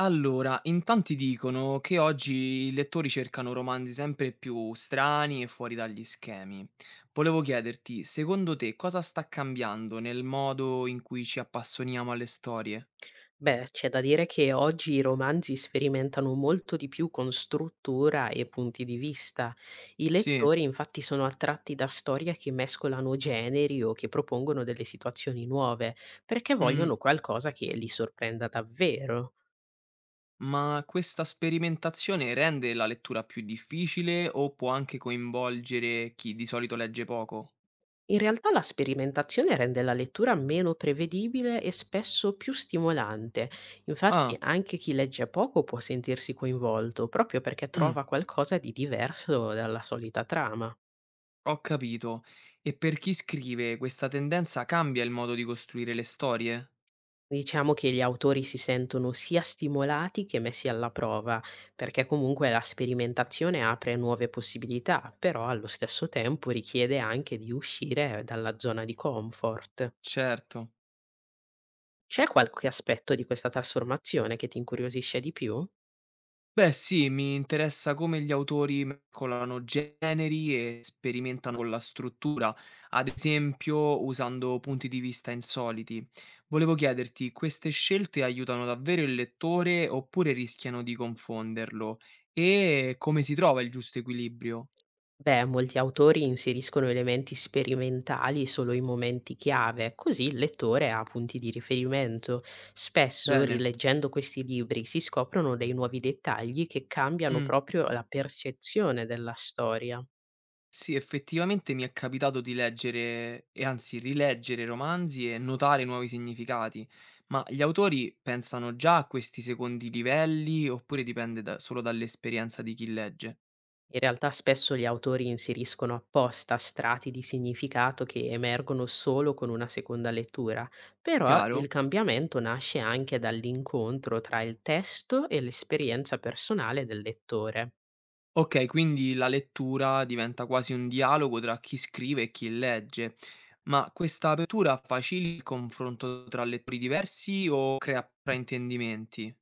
Allora, in tanti dicono che oggi i lettori cercano romanzi sempre più strani e fuori dagli schemi. Volevo chiederti, secondo te cosa sta cambiando nel modo in cui ci appassioniamo alle storie? Beh, c'è da dire che oggi i romanzi sperimentano molto di più con struttura e punti di vista. I Sì. lettori infatti sono attratti da storie che mescolano generi o che propongono delle situazioni nuove, perché Mm, vogliono qualcosa che li sorprenda davvero. ma questa sperimentazione rende la lettura più difficile o può anche coinvolgere chi di solito legge poco? In realtà la sperimentazione rende la lettura meno prevedibile e spesso più stimolante. Infatti Ah, anche chi legge poco può sentirsi coinvolto, proprio perché mm, trova qualcosa di diverso dalla solita trama. ho capito. E per chi scrive, questa tendenza cambia il modo di costruire le storie? Diciamo che gli autori si sentono sia stimolati che messi alla prova, perché comunque la sperimentazione apre nuove possibilità, però allo stesso tempo richiede anche di uscire dalla zona di comfort. Certo. C'è qualche aspetto di questa trasformazione che ti incuriosisce di più? Beh sì, mi interessa come gli autori mescolano generi e sperimentano con la struttura, ad esempio usando punti di vista insoliti. Volevo chiederti, queste scelte aiutano davvero il lettore oppure rischiano di confonderlo? E come si trova il giusto equilibrio? Beh, molti autori inseriscono elementi sperimentali solo in momenti chiave, così il lettore ha punti di riferimento. Spesso, Bene. rileggendo questi libri, si scoprono dei nuovi dettagli che cambiano Mm. proprio la percezione della storia. Sì, effettivamente mi è capitato di leggere e anzi rileggere romanzi e notare nuovi significati, ma gli autori pensano già a questi secondi livelli oppure solo dall'esperienza di chi legge? In realtà spesso gli autori inseriscono apposta strati di significato che emergono solo con una seconda lettura, però Chiaro? il cambiamento nasce anche dall'incontro tra il testo e l'esperienza personale del lettore. Ok, quindi la lettura diventa quasi un dialogo tra chi scrive e chi legge, ma questa apertura facilita il confronto tra lettori diversi o crea fraintendimenti?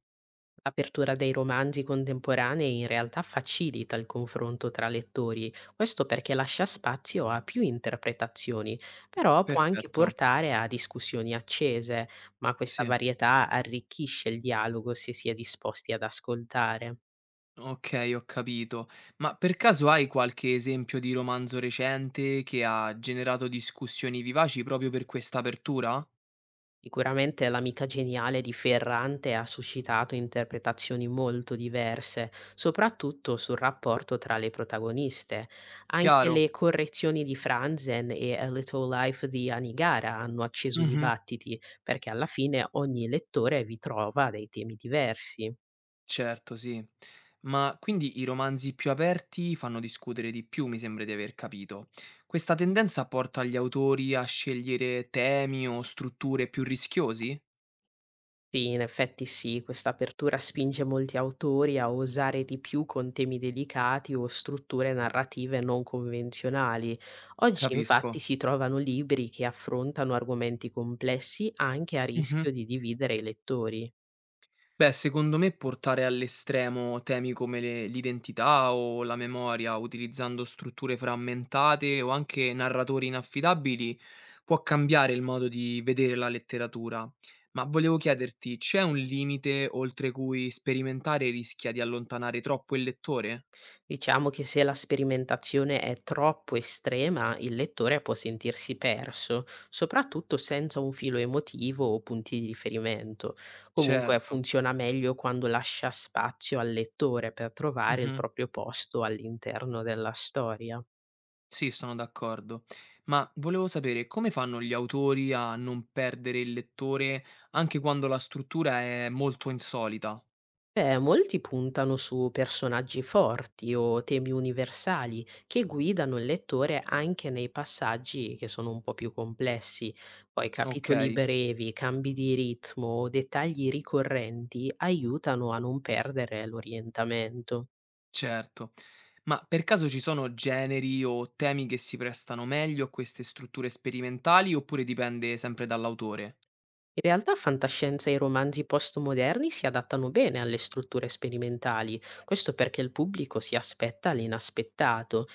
L'apertura dei romanzi contemporanei in realtà facilita il confronto tra lettori, questo perché lascia spazio a più interpretazioni, però può anche Perfetto, portare a discussioni accese, ma questa sì. varietà arricchisce il dialogo se si è disposti ad ascoltare. Okay, ho capito. Ma per caso hai qualche esempio di romanzo recente che ha generato discussioni vivaci proprio per questa apertura? Sicuramente l'amica geniale di Ferrante ha suscitato interpretazioni molto diverse, soprattutto sul rapporto tra le protagoniste. Anche Chiaro. le correzioni di Franzen e A Little Life di Anigara hanno acceso Mh-mh. dibattiti, perché alla fine ogni lettore vi trova dei temi diversi. Certo, sì. Ma quindi i romanzi più aperti fanno discutere di più, mi sembra di aver capito. Questa tendenza porta gli autori a scegliere temi o strutture più rischiosi? Sì, in effetti sì, questa apertura spinge molti autori a osare di più con temi delicati o strutture narrative non convenzionali. Oggi infatti Capisco. si trovano libri che affrontano argomenti complessi anche a Mh-mh. rischio di dividere i lettori. Beh, secondo me portare all'estremo temi come l'identità o la memoria, utilizzando strutture frammentate o anche narratori inaffidabili, può cambiare il modo di vedere la letteratura. Ma volevo chiederti, c'è un limite oltre cui sperimentare rischia di allontanare troppo il lettore? Diciamo che se la sperimentazione è troppo estrema, il lettore può sentirsi perso, soprattutto senza un filo emotivo o punti di riferimento. Comunque Certo. funziona meglio quando lascia spazio al lettore per trovare il Mhm. proprio posto all'interno della storia. Sì, sono d'accordo. Ma volevo sapere come fanno gli autori a non perdere il lettore anche quando la struttura è molto insolita? Beh, molti puntano su personaggi forti o temi universali che guidano il lettore anche nei passaggi che sono un po' più complessi. Poi capitoli Okay, brevi, cambi di ritmo o dettagli ricorrenti aiutano a non perdere l'orientamento. certo. Ma per caso ci sono generi o temi che si prestano meglio a queste strutture sperimentali oppure dipende sempre dall'autore? In realtà fantascienza e romanzi postmoderni si adattano bene alle strutture sperimentali, questo perché il pubblico si aspetta l'inaspettato.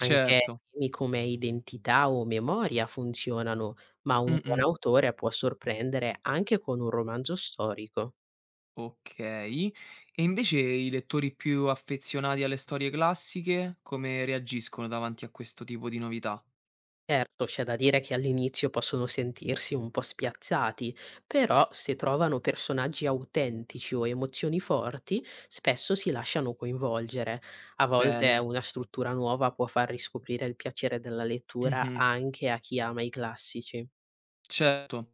Anche temi come identità o memoria funzionano, ma un buon Mh-mh. autore può sorprendere anche con un romanzo storico. Okay. E invece i lettori più affezionati alle storie classiche come reagiscono davanti a questo tipo di novità? Certo, c'è da dire che all'inizio possono sentirsi un po' spiazzati, però se trovano personaggi autentici o emozioni forti, spesso si lasciano coinvolgere. A volte Bene. una struttura nuova può far riscoprire il piacere della lettura Mh-mh. anche a chi ama i classici. Certo.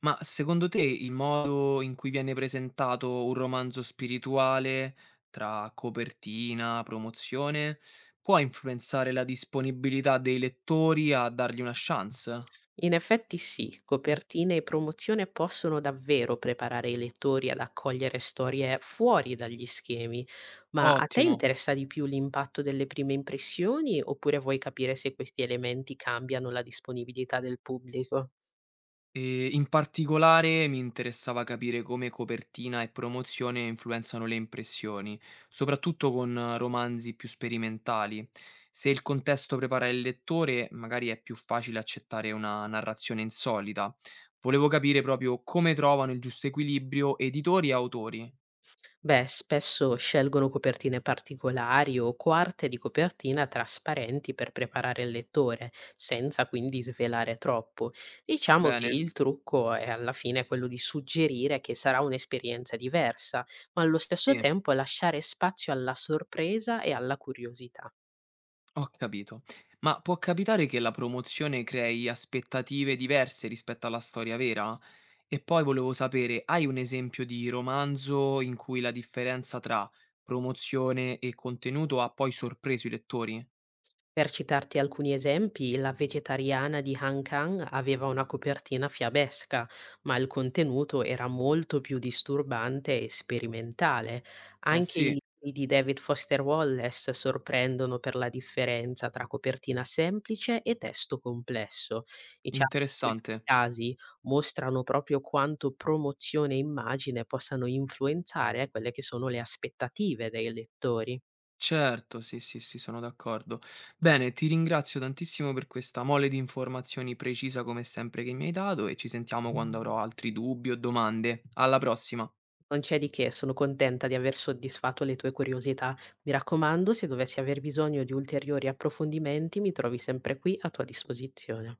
Ma secondo te il modo in cui viene presentato un romanzo spirituale, tra copertina, promozione, può influenzare la disponibilità dei lettori a dargli una chance? In effetti sì, copertine e promozione possono davvero preparare i lettori ad accogliere storie fuori dagli schemi, ma a te Ottimo. interessa di più l'impatto delle prime impressioni oppure vuoi capire se questi elementi cambiano la disponibilità del pubblico? In particolare mi interessava capire come copertina e promozione influenzano le impressioni, soprattutto con romanzi più sperimentali. Se il contesto prepara il lettore, magari è più facile accettare una narrazione insolita. Volevo capire proprio come trovano il giusto equilibrio editori e autori. Beh, spesso scelgono copertine particolari o quarte di copertina trasparenti per preparare il lettore, senza quindi svelare troppo. Diciamo che Bene? il trucco è alla fine quello di suggerire che sarà un'esperienza diversa, ma allo stesso Sì, tempo lasciare spazio alla sorpresa e alla curiosità. ho capito. Ma può capitare che la promozione crei aspettative diverse rispetto alla storia vera? E poi volevo sapere, hai un esempio di romanzo in cui la differenza tra promozione e contenuto ha poi sorpreso i lettori? Per citarti alcuni esempi, la vegetariana di Han Kang aveva una copertina fiabesca, ma il contenuto era molto più disturbante e sperimentale. Eh Anche i sì, libri di David Foster Wallace sorprendono per la differenza tra copertina semplice e testo complesso. Diciamo che questi interessante. casi mostrano proprio quanto promozione e immagine possano influenzare quelle che sono le aspettative dei lettori. Certo, sì, sì, sì, sono d'accordo. Bene, ti ringrazio tantissimo per questa mole di informazioni precisa come sempre che mi hai dato e ci sentiamo quando avrò altri dubbi o domande. Alla prossima. Non c'è di che, sono contenta di aver soddisfatto le tue curiosità. Mi raccomando, se dovessi aver bisogno di ulteriori approfondimenti, mi trovi sempre qui a tua disposizione.